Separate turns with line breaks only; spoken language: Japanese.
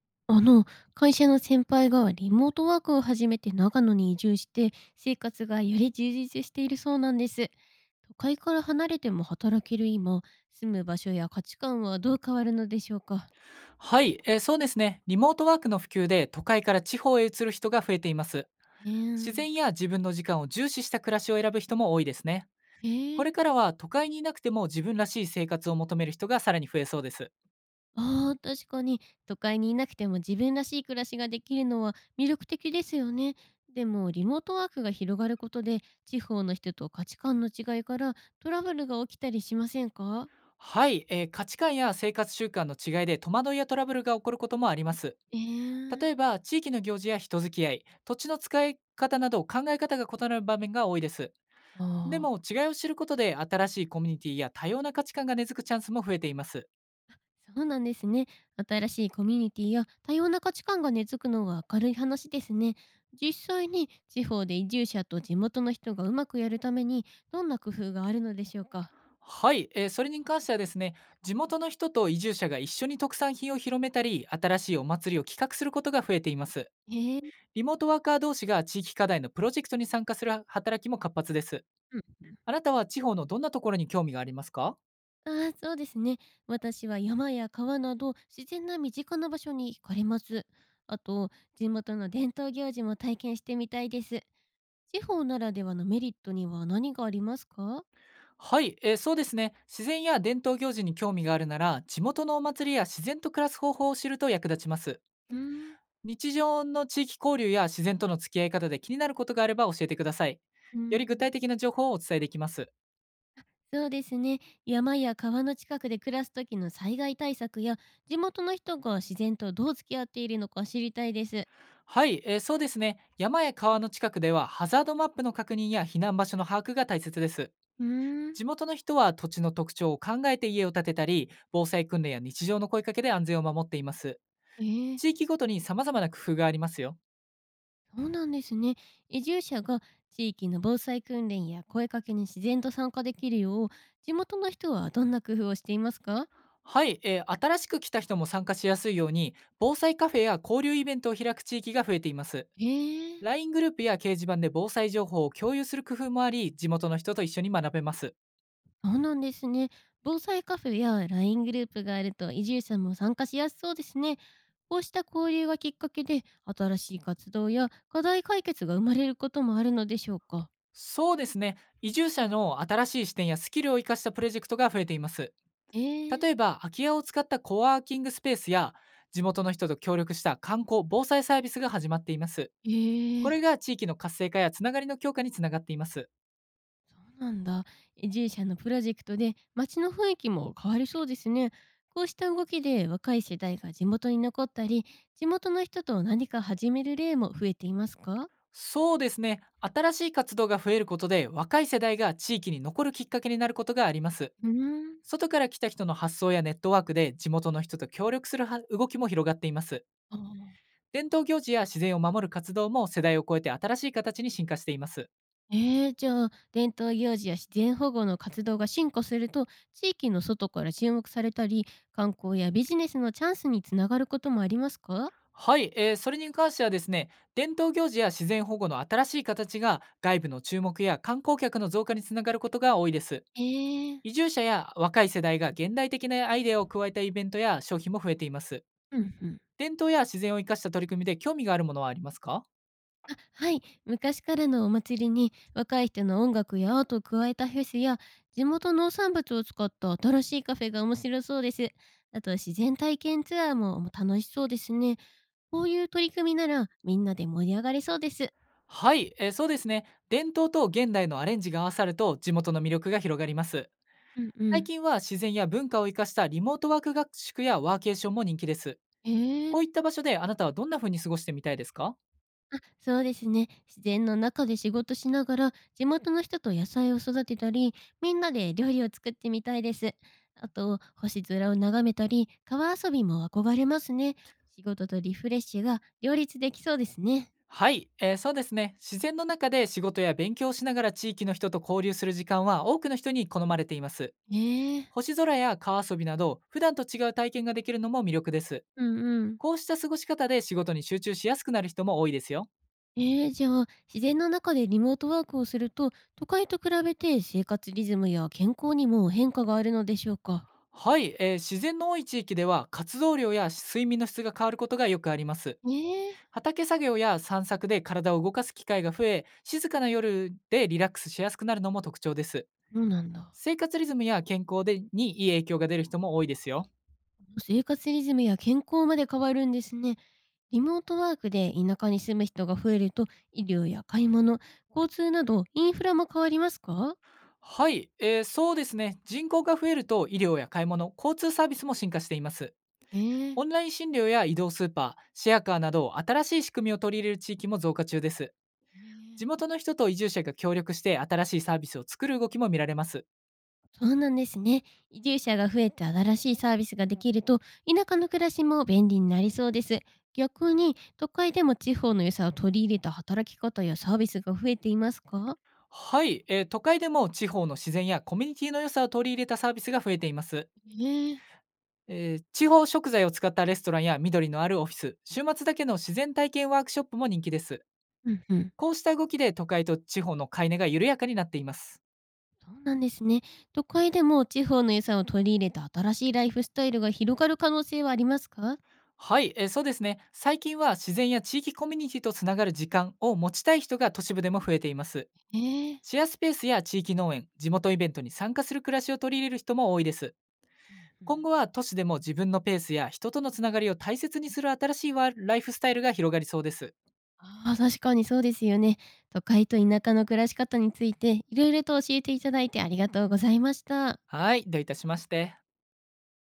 あの、会社の先輩がリモートワークを始めて長野に移住して、生活がより充実しているそうなんです。都会から離れても働ける今、住む場所や価値観はどう変わるのでしょうか。
はい、そうですね。リモートワークの普及で都会から地方へ移る人が増えています。
え
自
ー。
然や自分の時間を重視した暮らしを選ぶ人も多いですね。
へ
これ
え。
からは都会にいなくても自分らしい生活を求める人がさらに増えそうです。
ああ、確かに、都会にいなくても自分らしい暮らしができるのは魅力的ですよね。でも、リモートワークが広がることで、地方の人と価値観の違いからトラブルが起きたりしませんか？
はい、価値観や生活習慣の違いで戸惑いやトラブルが起こることもあります。
ええ。
例えば地域の行事や人付き合い、土地の使い方など考え方が異なる場面が多いです。で
ああ
も
ー。
違いを知ることで新しいコミュニティや多様な価値観が根付くチャンスも増えています。
そうなんですね。新しいコミュニティや多様な価値観が根付くのは明るい話ですね。実際に地方で移住者と地元の人がうまくやるためにどんな工夫があるのでしょうか。
はい、それに関してはですね、地元の人と移住者が一緒に特産品を広めたり新しいお祭りを企画することが増えています。
へえ。
リモートワーカー同士が地域課題のプロジェクトに参加する働きも活発です。
うん。
あなたは地方のどんなところに興味がありますか？
ああ、そうですね。私は山や川など自然な身近な場所に惹かれます。あと、地元の伝統行事も体験してみたいです。地方ならではのメリットには何がありますか？
はい、そうですね。自然や伝統行事に興味があるなら、地元のお祭りや自然と暮らす方法を知ると役立ちます。
うーん。
日常の地域交流や自然との付き合い方で気になることがあれば教えてください。
う
より具体
ん。
的な情報をお伝えできます。
そうですね。山や川の近くで暮らす時の災害対策や地元の人が自然とどう付き合っているのか知りたいです。
はい、そうですね。山や川の近くではハザードマップの確認や避難場所の把握が大切です。
うーん。
地元の人は土地の特徴を考えて家を建てたり、防災訓練や日常の声かけで安全を守っています。
えー。
地域ごとに様々な工夫がありますよ。
そうなんですね。移住者が地域の防災訓練や声かけに自然と参加できるよう地元の人はどんな工夫をしていますか？
はい、新しく来た人も参加しやすいように、防災カフェや交流イベントを開く地域が増えています。
へえ。
LINE グループや掲示板で防災情報を共有する工夫もあり、地元の人と一緒に学べます。
そうなんですね。防災カフェや LINE グループがあると移住者も参加しやすそうですね。こうした交流がきっかけで新しい活動や課題解決が生まれることもあるのでしょうか？
そうですね。移住者の新しい視点やスキルを生かしたプロジェクトが増えています。
え
例
ー。
えば、空き家を使ったコワーキングスペースや、地元の人と協力した観光・防災サービスが始まっています。
え
こ
え。
れが地域の活性化やつながりの強化につながっています。
そうなんだ。移住者のプロジェクトで街の雰囲気も変わりそうですね。こうした動きで若い世代が地元に残ったり、地元の人と何か始める例も増えていますか？
そうですね。新しい活動が増えることで、若い世代が地域に残るきっかけになることがあります。
うーん。
外から来た人の発想やネットワークで、地元の人と協力するは動きも広がっています。
あ。
伝統行事や自然を守る活動も世代を超えて新しい形に進化しています。
えー、じゃあ、伝統行事や自然保護の活動が進化すると、地域の外から注目されたり、観光やビジネスのチャンスにつながることもありますか？
はい、それに関してはですね、伝統行事や自然保護の新しい形が外部の注目や観光客の増加につながることが多いです。
えー。
移住者や若い世代が現代的なアイデアを加えたイベントや商品も増えています。
うんうん。
伝統や自然を生かした取り組みで興味があるものはありますか？
あ、はい。昔からのお祭りに、若い人の音楽やアートを加えたフェスや、地元農産物を使った新しいカフェが面白そうです。あと自然体験ツアーも、楽しそうですね。こういう取り組みなら、みんなで盛り上がれそうです。
はい、そうですね。伝統と現代のアレンジが合わさると地元の魅力が広がります。
うんう
最
ん。
近は自然や文化を生かしたリモートワーク学習やワーケーションも人気です。
え
こ
ー。
ういった場所であなたはどんな風に過ごしてみたいですか？
あ、そうですね。自然の中で仕事しながら、地元の人と野菜を育てたり、みんなで料理を作ってみたいです。あと、星空を眺めたり、川遊びも憧れますね。仕事とリフレッシュが両立できそうですね。
はい、そうですね。自然の中で仕事や勉強をしながら地域の人と交流する時間は多くの人に好まれています。
ねえ。
星空や川遊びなど普段と違う体験ができるのも魅力です。
うんうん。
こうした過ごし方で仕事に集中しやすくなる人も多いですよ。
えー、じゃあ、自然の中でリモートワークをすると、都会と比べて生活リズムや健康にも変化があるのでしょうか。
はい、自然の多い地域では活動量や睡眠の質が変わることがよくあります。
ねえ。
畑作業や散策で体を動かす機会が増え、静かな夜でリラックスしやすくなるのも特徴です。
そうなんだ。
生活リズムや健康でにいい影響が出る人も多いですよ。
生活リズムや健康まで変わるんですね。リモートワークで田舎に住む人が増えると、医療や買い物、交通などインフラも変わりますか？
はい、そうですね。人口が増えると医療や買い物、交通サービスも進化しています。
ええ。
オンライン診療や移動スーパー、シェアカーなど新しい仕組みを取り入れる地域も増加中です。
ね。
地元の人と移住者が協力して新しいサービスを作る動きも見られます。
そうなんですね。移住者が増えて新しいサービスができると、田舎の暮らしも便利になりそうです。逆に、都会でも地方の良さを取り入れた働き方やサービスが増えていますか？
はい、都会でも地方の自然やコミュニティの良さを取り入れたサービスが増えています。
え。ねえ。
地方食材を使ったレストランや緑のあるオフィス、週末だけの自然体験ワークショップも人気です。
うんうん。
こうした動きで都会と地方の買い値が緩やかになっています。
そうなんですね。都会でも地方の良さを取り入れた新しいライフスタイルが広がる可能性はありますか？
はい、そうですね。最近は自然や地域コミュニティとつながる時間を持ちたい人が都市部でも増えています。
ええ。
シェアスペースや地域農園、地元イベントに参加する暮らしを取り入れる人も多いです。
うんう
今
ん。
後は都市でも自分のペースや人とのつながりを大切にする新しいワーライフスタイルが広がりそうです。
ああ、確かにそうですよね。都会と田舎の暮らし方について、いろいろと教えていただいてありがとうございました。
はい、どういたしまして。